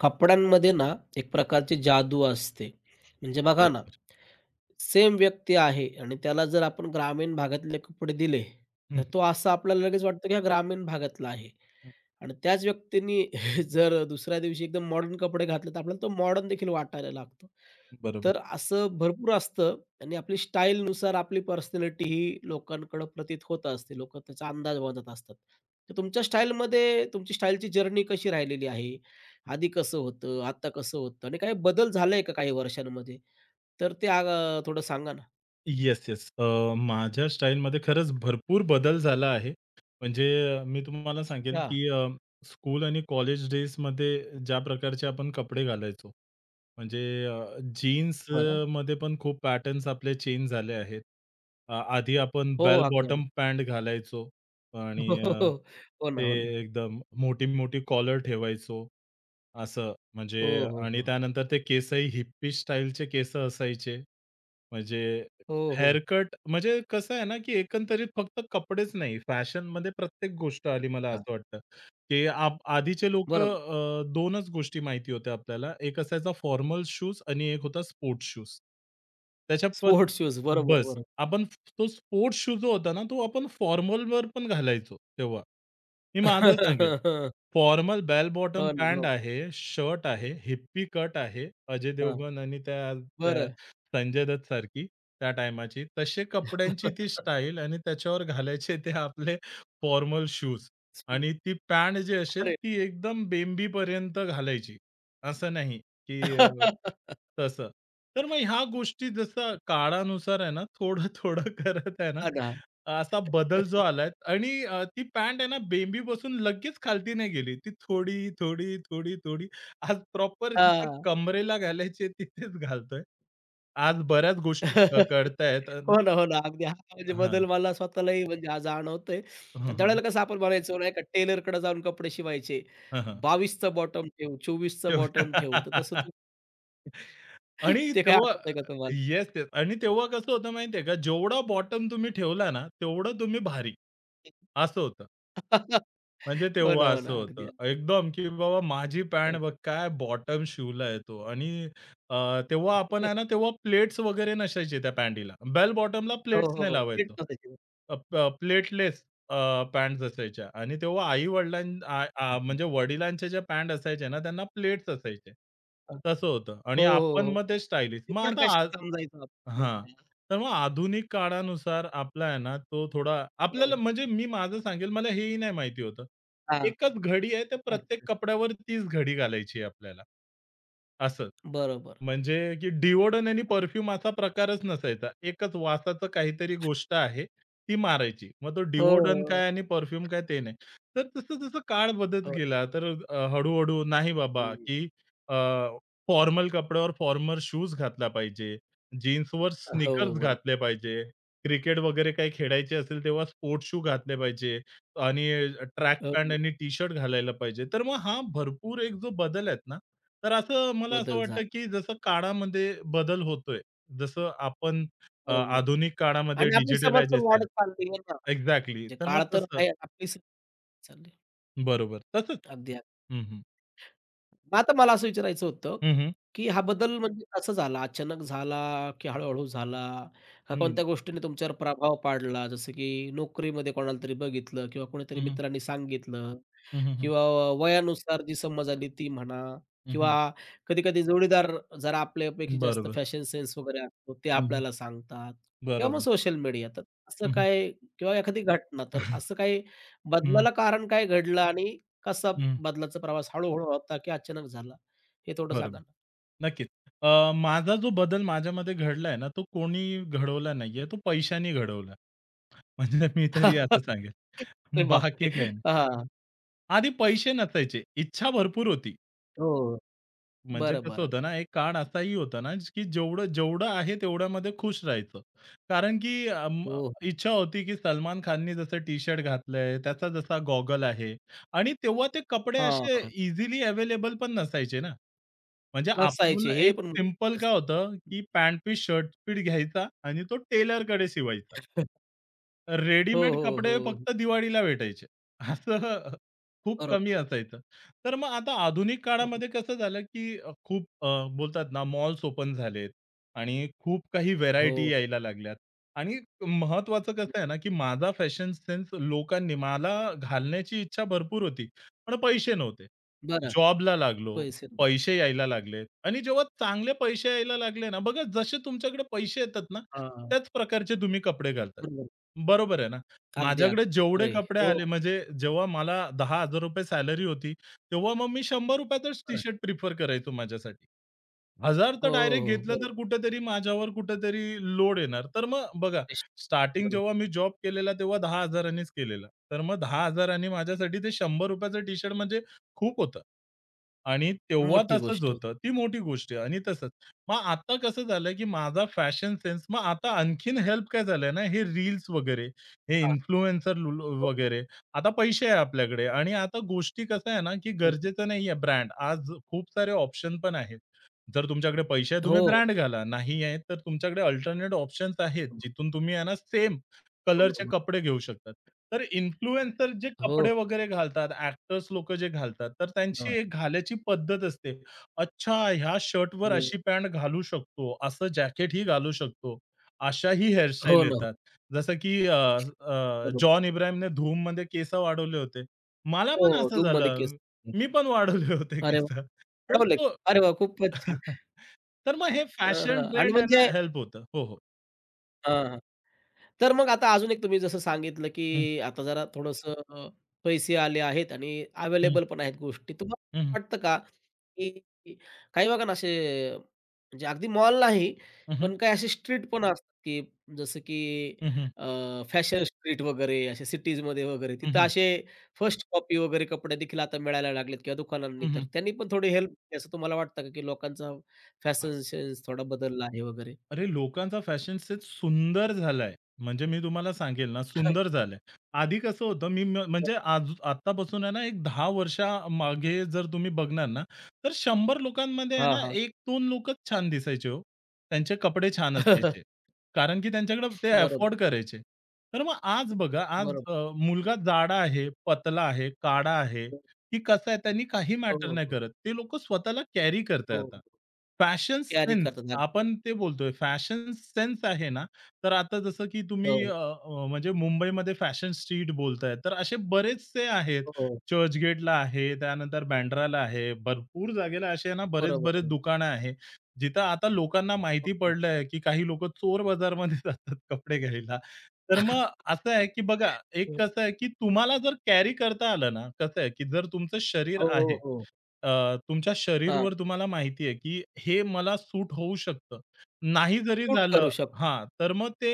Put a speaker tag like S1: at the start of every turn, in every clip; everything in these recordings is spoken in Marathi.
S1: कपड्यांमध्ये ना, एक प्रकारची जादू असते. म्हणजे
S2: तर
S1: बघा ना, सेम व्यक्ती आहे आणि त्याला जर आपण ग्रामीण भागातले कपडे दिले,
S2: हं,
S1: तर तो असं आपल्याला लगेच वाटतं की हा ग्रामीण भागातला आहे. आणि त्याच व्यक्तींनी जर दुसऱ्या दिवशी एकदम मॉडर्न कपडे घातले, तर आपल्याला तो मॉडर्न देखील वाटायला लागतो.
S2: बरोबर.
S1: तर असं भरपूर असतं आणि आपली स्टाईलनुसार आपली पर्सनॅलिटी ही लोकांकडं प्रतीत होत असते. लोकं त्याचा अंदाज बांधत असतात. तर तुमच्या स्टाईलमध्ये तुमची स्टाईलची जर्नी कशी राहिलेली आहे? आधी कसं होतं? आता कसं होतं? आणि काही बदल झालाय का काही वर्षांमध्ये? तर ते आ थोडं सांगा ना?
S2: Yes, yes. माझ्या स्टाईलमध्ये खरंच भरपूर बदल झाला आहे. म्हणजे मी तुम्हाला सांगेल,
S1: अच्छा.
S2: की स्कूल आणि कॉलेज डेजमध्ये ज्या प्रकारचे आपण कपडे घालायचो. म्हणजे अ, जीन्स
S1: बरं.
S2: मध्ये पण खूप पॅटर्न्स आपले चेंज झाले आहेत. आधी आपण
S1: हो, हो.
S2: बेल
S1: अगदी, अगदी.
S2: बॉटम पॅन्ट घालायचो
S1: हो,
S2: आणि
S1: हो,
S2: अ,
S1: हो. हो ना,
S2: ते
S1: हो ना.
S2: एकदम मोठी-मोठी कॉलर ठेवायचो. असं म्हणजे
S1: हो, हो,
S2: आणि
S1: हो.
S2: त्यानंतर ते केसही हिप्पी स्टाईलचे केस असायचे. म्हणजे
S1: हो, हो,
S2: हेअर
S1: हो.
S2: कट म्हणजे कसं आहे ना, की एकंदरीत फक्त कपडेच नाही, फॅशनमध्ये प्रत्येक गोष्ट आली मला असं वाटतं, की आधीचे
S1: बरोबर.
S2: लोकं 2च गोष्टी माहिती होत्या आपल्याला. एक असायचा फॉर्मल शूज आणि एक होता स्पोर्ट्स शूज. त्याच्या पद
S1: स्पोर्ट्स शूज. बरोबर,
S2: बस.
S1: बरोबर.
S2: आपण तो स्पोर्ट्स शूज जो होता ना, तो आपण फॉर्मलवर पण घालायचो तेव्हा. मी माझं सांगेल. फॉर्मल बेल बॉटम
S1: हो ना,
S2: पॅन्ट
S1: हो.
S2: आहे, शर्ट आहे, हिप्पी कट आहे. अजय
S1: हां.
S2: देवगण आणि त्या त्या
S1: बरं.
S2: संजय दत्त सारखी त्या टाईमाची. तसे कपड्यांची ती स्टाईल आणि त्याच्यावर घालायचे ते आपले फॉर्मल शूज आणि
S1: स्पोर्ट्स.
S2: ती पॅन्ट जी असेल
S1: अरे!
S2: ती एकदम बेंबीपर्यंत घालायची. असं नाही, की तसं. तर मग ह्या गोष्टी जसं काळानुसार आहे ना, थोडं-थोडं करत आहे ना
S1: हां ना.
S2: असा बदल जो आलाय आणि ती पॅन्ट आहे ना बेंबीपासून लगेच खालती नाही गेली. ती थोडी, थोडी, थोडी, थोडी, आज प्रॉपर जिथं
S1: हां.
S2: कमरेला घालायची आहे तिथेच घालतोय. आज बऱ्याच गोष्टी कळतायत अन्
S1: हो ना, हो ना. अगदी हा म्हणजे
S2: हां.
S1: बदल मला स्वतःलाही म्हणजे हा जाणवतोय.
S2: हं,
S1: आणि
S2: हं.
S1: त्यावेळेला कसं आपण म्हणायचो नाही का टेलरकडे जाऊन कपडे शिवायचे.
S2: हं, हं.
S1: 22 बॉटम ठेव, 24 बॉटम ठेव. तर तसं
S2: तेव्हा
S1: तू
S2: आणि
S1: ते काही
S2: तेव्हा
S1: आठवतंय का तुम्हाला?
S2: येस, येस आणि तेव्हा कसं होतं माहिती का, जेवढा बॉटम तुम्ही ठेवला ना, तेवढं तुम्ही भारी असं होतं. म्हणजे
S1: हो ना,
S2: तेव्हा
S1: हो
S2: असं
S1: ना. अगदी.
S2: होतं. एकदम, की बाबा माझी पॅन्ट
S1: हो.
S2: बघ काय बॉटम शिवला आहे आणि अ, तेव्हा आपण आहे ना, तेव्हा प्लेट्स वगैरे नसायचे त्या पॅन्टीला. बेल बॉटमला
S1: हो,
S2: प्लेट्स
S1: हो,
S2: नाही
S1: हो. फिट
S2: लावायचो.
S1: नसायची.
S2: प्लेटलेस अ, असायच्या आणि तेव्हा म्हणजे वडिलांच्या ज्या पॅन्ट असायच्या ना, त्यांना प्लेट्स असायचे.
S1: बरोबर.
S2: तसं होतं
S1: हो,
S2: आणि
S1: हो,
S2: आपण
S1: हो,
S2: मग
S1: हो.
S2: ते स्टायलिश. मग
S1: डिफरंट
S2: आता आ
S1: फॅशन समजायचो
S2: हां.
S1: आपण.
S2: तर मग आधुनिक काळानुसार आपला आहे ना, तो थोडा आपल्याला
S1: हो.
S2: म्हणजे मी माझं सांगेल मला हेही नाही माहिती होतं.
S1: हां.
S2: एकच घडी आहे, त्या प्रत्येक
S1: अच्छा.
S2: कपड्यावर तीच घडी घालायची आहे आपल्याला असं.
S1: बरोबर.
S2: म्हणजे की डिओडोन आणि परफ्यूम असा प्रकारच नसायचा. एकच वासाचं काहीतरी गोष्ट आहे, ती मारायची. मग तो
S1: हो, हो,
S2: डिओडोन काय
S1: हो.
S2: आणि परफ्यूम काय ते नाही. तर जसं-जसं काळ बदलत
S1: हो,
S2: गेला तर हळू नाही बाबा की अ, फॉर्मल कपड्यावर फॉर्मल शूज घातला पाहिजे. जीन्सवर
S1: हो,
S2: स्नीकर्स घातले
S1: बरोबर.
S2: पाहिजे. क्रिकेट वगैरे काही खेळायचे असेल तेव्हा स्पोर्ट्स शू घातले पाहिजे आणि ट्रॅक पॅन्ट
S1: हो.
S2: आणि टी-शर्ट घालायला पाहिजे. तर मग हा भरपूर एक जो बदल आहेत ना, तर असं मला असं
S1: बदल झाला.
S2: वाटतं, की जसं काळामध्ये बदल होतोय, जसं आपण
S1: बरोबर आहे.
S2: आधुनिक काळामध्ये
S1: आणि आपली समज पण
S2: डिजिटलायझेशन
S1: वाढत चालली आहे ना.
S2: एक्झॅक्टली.
S1: म्हणजे
S2: तर मग
S1: काळ तर
S2: तसं
S1: आहे, आपली समज चालली.
S2: बरोबर. तसंच.
S1: अगदी, अगदी.
S2: हं, हं.
S1: मग आता मला असं विचारायचं होतं,
S2: हं, हं.
S1: की हा बदल हं. म्हणजे कसा झाला? अचानक झाला, की हळू-हळू झाला? का
S2: हं.
S1: कोणत्या गोष्टीने तुमच्यावर प्रभाव पाडला? जसं की नोकरीमध्ये कोणाला तरी बघितलं किंवा कोणीतरी
S2: हं, हं.
S1: मित्रांनी सांगितलं
S2: हं, हं, हं.
S1: किंवा व वयानुसार जी समज आली ती म्हणा किंवा कधी-कधी जोडीदार जरा आपल्यापेक्षा जास्त
S2: बरोबर.
S1: फॅशन सेन्स वगैरे असतो, ते
S2: हं, हं.
S1: आपल्याला सांगतात किंवा मग
S2: बरोबर.
S1: Social media. तर असं
S2: हं, हं.
S1: काय किंवा एखादी घटना, तर असं काही
S2: हं,
S1: बदलाला कारण काय घडलं आणि कसा
S2: हं.
S1: बदलाचा प्रवास हळू-हळू होता की अचानक झाला? हे थोडं सांगा
S2: बरोबर.
S1: ना?
S2: नक्कीच. माझा जो बदल माझ्यामध्ये घडलाय ना, तो कोणी घडवला नाहीये. तो पैशाने घडवला. म्हणजे मी तरी असं सांगेल.
S1: अरे बापरे!
S2: बाकी काही नाही.
S1: हां.
S2: आधी पैसे नसायचे. इच्छा भरपूर होती.
S1: हो.
S2: म्हणजे
S1: बरं,
S2: कसं
S1: बरं,
S2: होतं
S1: बरं.
S2: ना, एक काळ असाही होता ना, की जेवढं जेवढं आहे तेवढ्यामध्ये खुश राहायचं. कारण की
S1: हो.
S2: इच्छा होती की सलमान खाननी जसं टी-शर्ट घातलंय, त्याचा जसा गॉगल आहे आणि तेव्हा ते कपडे
S1: हां,
S2: असे
S1: हां.
S2: इझिली अवेलेबल पण नसायचे ना. म्हणजे आपण
S1: नसायचे हे
S2: एक
S1: पण
S2: सिंपल
S1: महत्वाचं असतं.
S2: काय होतं, की पॅन्ट पीस, शर्ट पीस घ्यायचा आणि तो टेलरकडे शिवायचा.
S1: हो,
S2: रेडीमेड
S1: हो,
S2: कपडे
S1: हो.
S2: फक्त दिवाळीला भेटायचे. असं खूप कमी
S1: बरोबर.
S2: असायचं. तर मग आता आधुनिक
S1: हो.
S2: काळामध्ये कसं झालं, की खूप बोलतात ना मॉल्स ओपन झालेत आणि खूप काही
S1: हो.
S2: व्हेरायटी यायला लागल्यात. आणि महत्त्वाचं कसं आहे ना, की माझा फॅशन सेन्स लोकांनी मला घालण्याची इच्छा भरपूर होती, पण पैसे नव्हते.
S1: बरं.
S2: जॉबला लागलो,
S1: पैसे.
S2: पैसे यायला लागलेत आणि जेव्हा चांगले पैसे यायला लागले ना, बघा जसे तुमच्याकडे पैसे येतात ना,
S1: हां.
S2: त्याच प्रकारचे तुम्ही कपडे घालतात.
S1: बरोबर.
S2: बरोबर आहे ना.
S1: अगदी,
S2: माझ्याकडे
S1: अगदी.
S2: जेवढे
S1: खरं
S2: कपडे
S1: हो,
S2: आले म्हणजे जेव्हा मला ₹10,000 सॅलरी होती, तेव्हा मग मी ₹100
S1: खरं
S2: टी-शर्ट प्रिफर करायचो माझ्यासाठी. 1,000 तर
S1: हो,
S2: डायरेक्ट
S1: हो.
S2: घेतलं
S1: बरोबर.
S2: तर कुठेतरी माझ्यावर लोड येणार. तर मग बघा,
S1: पैसे.
S2: स्टार्टिंग
S1: बरोबर.
S2: जेव्हा मी जॉब केलेला तेव्हा 10,000 नीच केलेला. तर मग 10,000 नी माझ्यासाठी ते ₹100चं टी-शर्ट म्हणजे खूप होतं. आणि तेव्हा
S1: मोठी
S2: तसंच
S1: गोष्ट होती.
S2: होतं. ती मोठी गोष्ट आहे आणि तसंच मग आता कसं झालं, की माझा फॅशन सेन्स मग आता आणखीन हेल्प काय झालंय ना, हे रील्स वगैरे, हे
S1: हां.
S2: इन्फ्लुएन्सर लू
S1: हो,
S2: वगैरे. आता पैसे आहे आपल्याकडे आणि आता गोष्टी कसं आहे ना, की
S1: हो.
S2: गरजेचं नाही आहे ब्रँड. आज खूप सारे ऑप्शन पण आहेत. जर तुमच्याकडे पैसे आहे
S1: हो,
S2: तुम्ही
S1: हो.
S2: ब्रँड घाला. नाही आहे तर तुमच्याकडे अल्टरनेट ऑप्शन्स आहेत, जिथून तुम्ही आहे ना सेम
S1: बरोबर,
S2: कलरचे
S1: बरोबर.
S2: कपडे घेऊ शकतात. तर इन्फ्लुएन्सर जे
S1: हो.
S2: कपडे वगैरे घालतात, ॲक्टर्स लोकं जे घालतात, तर त्यांची
S1: हां.
S2: एक घालायची पद्धत असते. अच्छा, ह्या शर्टवर
S1: हो.
S2: अशी पॅन्ट घालू शकतो, असं जॅकेटही घालू शकतो. अशाही हेअरस्टाईल
S1: हो ना.
S2: येतात. जसं की अ, अ,
S1: बरोबर.
S2: जॉन इब्राहिमने धूममध्ये केस वाढवले होते. मला पण
S1: हो,
S2: असं
S1: धूममध्ये
S2: झालं.
S1: केस.
S2: मी पण वाढवले होते
S1: अरे
S2: केस.
S1: वाह!
S2: तर
S1: अडवलंय.
S2: तो
S1: अरे वाह! खूपच छान.
S2: तर मग हे
S1: हां, हां.
S2: फॅशन
S1: आणि
S2: ट्रेंड आहे ना
S1: म्हणजे
S2: हेल्प होतं. हो, हो.
S1: हां, हां. तर मग आता अजून एक तुम्ही जसं सांगितलं,
S2: हं,
S1: की आता जरा थोडंसं पैसे आले आहेत आणि
S2: हं,
S1: अवेलेबल पण आहेत गोष्टी.
S2: हं,
S1: तुम्हाला वाटतं का, की काही बघा ना असे म्हणजे अगदी मॉल नाही,
S2: हं, हं,
S1: पण काही असे स्ट्रीट पण असतात, की जसं की
S2: हं, हं,
S1: फॅशन स्ट्रीट वगैरे अशा सिटीजमध्ये वगैरे
S2: हं,
S1: तिथं
S2: हं,
S1: असे फर्स्ट कॉपी वगैरे कपडे देखील आता मिळायला लागलेत किंवा दुकानांनी तर त्यांनी पण थोडी हेल्प केली असं तुम्हाला वाटतं का, की लोकांचा फॅशन सेन्स थोडा बदलला आहे वगैरे?
S2: अरे, लोकांचा फॅशन सेन्स सुंदर झालाय. म्हणजे मी तुम्हाला सांगेल ना, सुंदर झालंय. आधी कसं होतं, मी म म्हणजे आज आत्तापासून आहे ना, एक 10 वर्षा मागे जर तुम्ही बघणार ना, तर 100 लोकांमध्ये आहे
S1: हां,
S2: ना,
S1: हां.
S2: 1-2 लोकच छान दिसायचे हो. त्यांचे कपडे छान असायचे. कारण की त्यांच्याकडे ते
S1: बरोबर.
S2: अफोर्ड करायचे. तर मग आज बघा, आज
S1: बरोबर.
S2: मुलगा जाडा आहे, पतला आहे, काळा आहे, की कसा आहे, त्यांनी काही
S1: हो,
S2: मॅटर
S1: हो,
S2: नाही
S1: हो.
S2: करत. ते लोकं स्वतःला कॅरी करताय
S1: हो, हो.
S2: आता.
S1: हो.
S2: फॅशन
S1: कॅरी
S2: सेन्स
S1: करतात अगदी.
S2: आपण ते बोलतोय. फॅशन सेन्स आहे ना, तर आता जसं की
S1: हो,
S2: तुम्ही अ,
S1: हो,
S2: अ, म्हणजे मुंबईमध्ये फॅशन स्ट्रीट बोलताय, तर असे बरेचसे आहेत.
S1: हो. हो.
S2: चर्चगेटला आहे, त्यानंतर बँड्राला आहे. भरपूर जागेला असे आहे ना बरेच-बरेच
S1: बरोबर.
S2: दुकानं आहे. जिथं आता लोकांना
S1: हो,
S2: माहिती
S1: हो.
S2: पडलंय, की काही लोकं चोर बाजारमध्ये जातात कपडे घ्यायला. तर मग असं आहे, की बघा एक
S1: हं.
S2: कसं आहे, की तुम्हाला जर कॅरी करता आलं ना, कसं आहे, की जर तुमचं शरीर
S1: हो, हो,
S2: आहे
S1: हो.
S2: तुमच्या
S1: हां,
S2: शरीरवर तुम्हाला माहिती आहे, की हे मला सूट होऊ शकतं. नाही जरी
S1: सूट
S2: झालं
S1: करू शकतो.
S2: हां, तर मग ते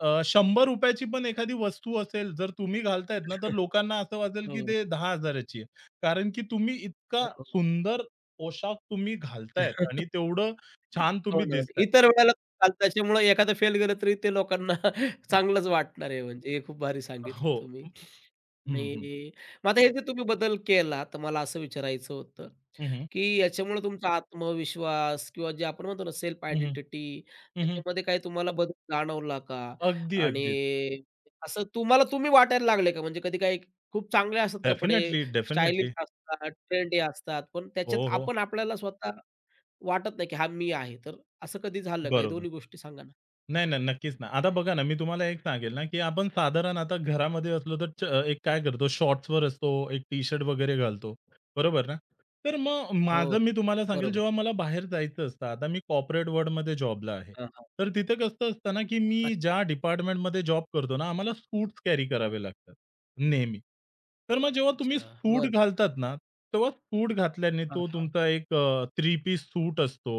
S2: ₹100 ची पण एखादी वस्तू असेल, जर तुम्ही घालतायत ना, तर लोकांना असं वाटेल, की ते 10,000 ची आहे. कारण की तुम्ही इतका
S1: हो, हो.
S2: सुंदर पोशाख तुम्ही घालतायत आणि तेवढं छान तुम्ही
S1: हो ना.
S2: दिसताय.
S1: इतर वेळेला चालतं त्याच्यामुळे एखादं फेल गेलं तरी ते लोकांना चांगलंच वाटणार आहे म्हणजे हे खूप भारी सांगितलं
S2: हो.
S1: तुम्ही.
S2: हं, हं.
S1: आणि मग आता हे जे तुम्ही बदल केला, तर मला असं विचारायचं होतं,
S2: हं, हं.
S1: की याच्यामुळे तुमचा आत्मविश्वास किंवा जे आपण म्हणतो ना सेल्फ
S2: हं, हं.
S1: आयडेंटिटी त्याच्यामध्ये काही तुम्हाला बदल जाणवला का?
S2: अगदी, अगदी.
S1: आणि असं तुम्हाला तुम्ही वाटायला लागले का? म्हणजे कधी काही खूप चांगले असतात कपडे,
S2: डेफिनिटली,
S1: स्टायलिश
S2: डेफिनिटली.
S1: असतात, ट्रेंडी असतात, पण
S2: हो,
S1: त्याच्यात
S2: हो.
S1: आपण आपल्याला स्वतः वाटत नाही, की हा मी आहे. तर असं कधी झालं का? हे
S2: बरोबर.
S1: दोन्ही गोष्टी सांगा ना?
S2: नाही, नाही. नक्कीच ना. आता बघा ना, मी तुम्हाला एक सांगेल ना, की आपण साधारण आता घरामध्ये असलो तर च एक काय करतो शॉर्ट्सवर असतो, एक टी-शर्ट वगैरे घालतो. बरोबर ना? तर मग
S1: हो,
S2: माझं
S1: हो.
S2: मी तुम्हाला सांगेल
S1: बरोबर.
S2: जेव्हा मला बाहेर जायचं असतं, आता मी कॉर्पोरेट वर्ल्डमध्ये जॉबला आहे.
S1: हां, हां.
S2: तर तिथे कसं असतं ना, की मी
S1: अच्छा.
S2: ज्या डिपार्टमेंटमध्ये जॉब करतो ना, आम्हाला सूट्स कॅरी करावे लागतात. नेहमी. तर मग जेव्हा तुम्ही
S1: अच्छा.
S2: सूट
S1: बरं.
S2: घालतात ना, तेव्हा सूट घातल्याने
S1: हां,
S2: तो
S1: हां.
S2: तुमचा एक थ्री पीस सूट असतो.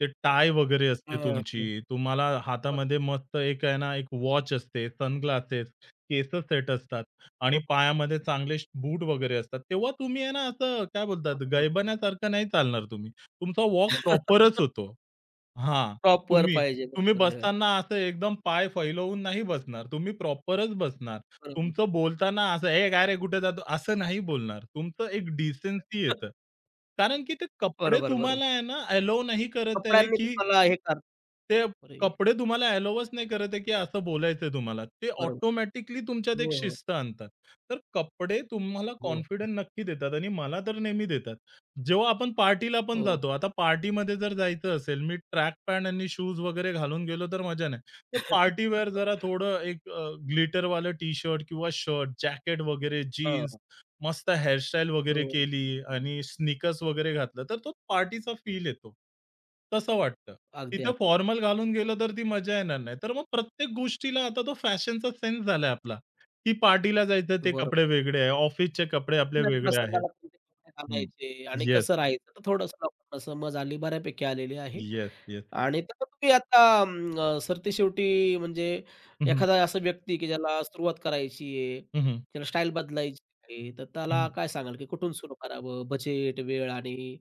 S2: ते टाय वगैरे असते
S1: हां.
S2: तुमची. तुम्हाला हातामध्ये
S1: बरोबर.
S2: मस्त एक आहे ना, एक वॉच असते, सनग्लासेस, केसं सेट असतात आणि
S1: हो,
S2: पायामध्ये चांगले बूट वगैरे असतात. तेव्हा तुम्ही आहे ना, असं काय बोलतात
S1: बरोबर.
S2: गैबण्यासारखं नाही चालणार तुम्ही. तुमचा वॉक प्रॉपरच होतो. हां,
S1: प्रॉपर
S2: तुम्ही
S1: पाहिजे.
S2: तुम्ही
S1: बरोबर आहे.
S2: बसताना असं एकदम पाय फैलवून नाही बसणार. तुम्ही प्रॉपरच बसणार.
S1: बरोबर.
S2: तुमचं बोलताना असं, "ए काय रे कुठे जातो?" असं नाही बोलणार. तुमचं एक डिसेन्सी येतं. कारण की ते कपडे
S1: बरोबर, बरोबर.
S2: तुम्हाला आहे ना अलाऊ नाही करत आहे,
S1: कपड्यांनी
S2: की
S1: तुम्हाला हे करता
S2: ते
S1: बरोबर.
S2: कपडे तुम्हाला अलाऊच नाही करत आहे, की असं बोलायचंय तुम्हाला. ते ऑटोमॅटिकली तुमच्यात एक
S1: हो, हो.
S2: शिस्त आणतात. तर कपडे तुम्हाला
S1: हो, हो.
S2: कॉन्फिडन्स नक्की देतात आणि मला तर नेहमी देतात. जेव्हा आपण पार्टीला पण
S1: हो.
S2: जातो. आता पार्टीमध्ये जर जायचं असेल, मी ट्रॅक पॅन्ट आणि शूज वगैरे घालून गेलो तर मजा नाही. तर पार्टी वेअर जरा थोडं एक ग्लिटरवालं टी-शर्ट किंवा शर्ट, जॅकेट वगैरे, जीन्स,
S1: हां.
S2: मस्त हेअरस्टाईल वगैरे
S1: हो.
S2: केली आणि स्निकर्स वगैरे घातलं, तर तो पार्टीचा फील येतो. तसं वाटतं.
S1: अगदी,
S2: तिथं
S1: अगदी.
S2: फॉर्मल घालून गेलं तर ती मजा येणार नाही. तर मग प्रत्येक गोष्टीला आता तो फॅशनचा सेन्स झालाय आपला, की पार्टीला जायचं ते
S1: बरोबर.
S2: कपडे वेगळे आहे, ऑफिसचे कपडे आपले
S1: कुठल्याच
S2: वेगळे आहेत.
S1: प्रसंगाला कोणते कपडे घालायचे आणि
S2: येस.
S1: कसं राहायचं तर थोडंसं लोकांना समज आली बऱ्यापैकी आलेली आहे.
S2: Yes, yes.
S1: आणि तसं तुम्ही आता सरतेशेवटी म्हणजे
S2: हं, हं.
S1: एखादा असा व्यक्ती की ज्याला सुरुवात करायची आहे,
S2: हं, हं.
S1: त्याला स्टाईल बदलायची आहे, तर त्याला काय सांगाल की कुठून सुरू करावं? बजेट, वेळ आणि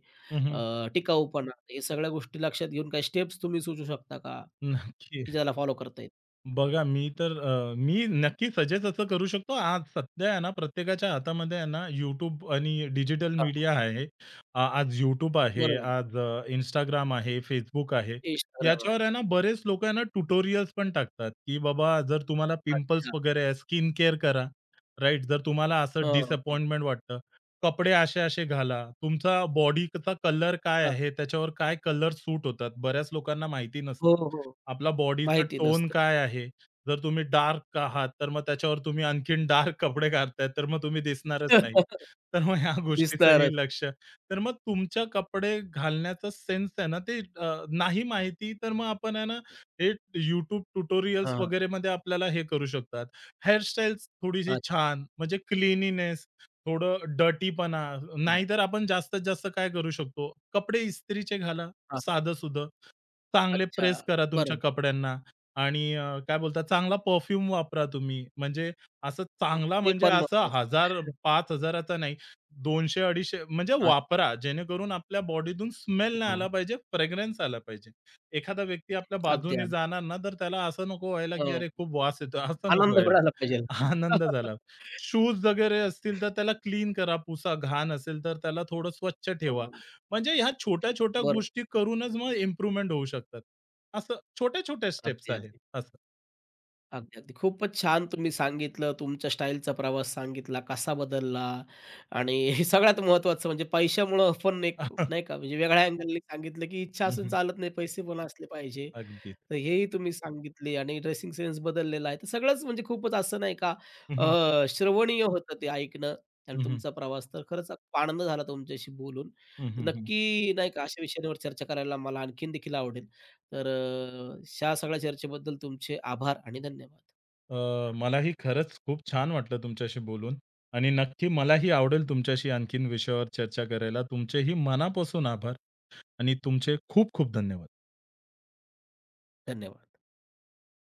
S1: टिकाऊपणा हे सगळ्या गोष्टी लक्षात घेऊन काही स्टेप्स तुम्ही सुचवू शकता का?
S2: नक्की.
S1: की ज्याला फॉलो करता येईल?
S2: बघा, मी नक्की सजेस्ट असं करू शकतो. आज सध्या आहे ना, प्रत्येकाच्या हातामध्ये आहे ना, YouTube आणि डिजिटल
S1: हां, हां.
S2: मीडिया आहे. आज YouTube आहे,
S1: बरोबर, बरोबर.
S2: आज Instagram आहे, Facebook आहे.
S1: Instagram आहे.
S2: याच्यावर आहे ना, बरेच लोकं आहे ना, ट्युटोरियल्स पण टाकतात, की बाबा जर तुम्हाला पिंपल्स
S1: अच्छा.
S2: वगैरे आहे, स्किन केअर करा, राइट? जर तुम्हाला असं
S1: हां, हां,
S2: डिसअपॉइंटमेंट वाटतं, कपडे असे-असे घाला. तुमचा बॉडीचा कलर काय
S1: हां.
S2: आहे, त्याच्यावर काय कलर सूट होतात. बऱ्याच लोकांना माहिती
S1: हो,
S2: नसतं.
S1: हो.
S2: आपला बॉडीचा
S1: माहिती
S2: टोन
S1: नसतं.
S2: काय आहे? जर तुम्ही डार्क आहात, तर मग त्याच्यावर तुम्ही आणखीन डार्क कपडे घालताय, तर मग तुम्ही दिसणारच नाही. तर मग ह्या गोष्टीचंही
S1: दिसणारच.
S2: लक्ष तर मग तुमच्या कपडे घालण्याचा सेन्स आहे ना, ते नाही माहिती तर मग आपण आहे ना, हे YouTube ट्युटोरियल्स
S1: हां.
S2: वगैरेमध्ये आपल्याला हे करू शकतात. हेअरस्टाईल्स थोडीशी
S1: अच्छा.
S2: छान, म्हणजे क्लीनीनेस, थोडं डर्टीपणा,
S1: हां,
S2: नाहीतर आपण जास्तीत जास्त काय करू शकतो? कपडे इस्त्रीचे घाला,
S1: हां.
S2: साधं-सुधं. चांगले
S1: अच्छा.
S2: प्रेस करा तुमच्या
S1: बरोबर.
S2: कपड्यांना आणि काय बोलतात चांगला परफ्यूम वापरा तुम्ही. म्हणजे असं
S1: हो,
S2: चांगला
S1: ते
S2: म्हणजे
S1: पण
S2: असं
S1: महत्वाचं.
S2: 1,000 5,000 चा नाही. 200-250 म्हणजे
S1: हां,
S2: वापरा. जेणेकरून आपल्या बॉडीतून स्मेल नाही
S1: हो,
S2: आला पाहिजे, फ्रेग्रन्स आला पाहिजे. एखादा व्यक्ती आपल्या
S1: अगदी,
S2: बाजूने
S1: अगदी.
S2: जाणार ना, तर त्याला असं नको व्हायला, की
S1: हं,
S2: "अरे खूप वास येतोय." असं नको
S1: आनंद
S2: व्हायला.
S1: मिळाला पाहिजे.
S2: आनंद झाला. शूज वगैरे असतील तर त्याला क्लीन करा, पुसा. घाण असेल तर त्याला थोडं स्वच्छ ठेवा.
S1: हो,
S2: म्हणजे ह्या छोट्या-छोट्या
S1: बरोबर.
S2: गोष्टी करूनच मग इम्प्रूव्हमेंट होऊ शकतात. असं छोट्या-छोट्या स्टेप्स
S1: अगदी,
S2: आहेत
S1: अगदी.
S2: असं.
S1: अगदी, अगदी. खूपच छान तुम्ही सांगितलं. तुमच्या स्टाईलचा प्रवास सांगितला, कसा बदलला आणि हे सगळ्यात महत्वाचं म्हणजे पैशामुळं पण एक नाही का, म्हणजे वेगळ्या अँगलने सांगितलं, की इच्छा
S2: हं,
S1: असून
S2: हं.
S1: चालत नाही, पैसे पण असले पाहिजे.
S2: अगदीच.
S1: तर हेही तुम्ही सांगितले आणि ड्रेसिंग सेन्स बदललेला आहे. तर सगळंच म्हणजे खूपच असं नाही का
S2: हं, हं.
S1: श्रवणीय होतं ते ऐकणं आणि
S2: हं, हं.
S1: तुमचा प्रवास. तर खरंच खूप आनंद झाला तुमच्याशी बोलून.
S2: हं,
S1: तर
S2: हं,
S1: नक्की नाही का अशा विषयांवर चर्चा करायला मला आणखीन देखील आवडेल. तर ह्या सगळ्या चर्चेबद्दल तुमचे आभार आणि धन्यवाद.
S2: अ, मलाही खरंच खूप छान वाटलं तुमच्याशी बोलून आणि नक्की मलाही आवडेल तुमच्याशी आणखीन विषयावर चर्चा करायला. तुमचेही मनापासून आभार आणि तुमचे खूप खूप धन्यवाद.
S1: धन्यवाद.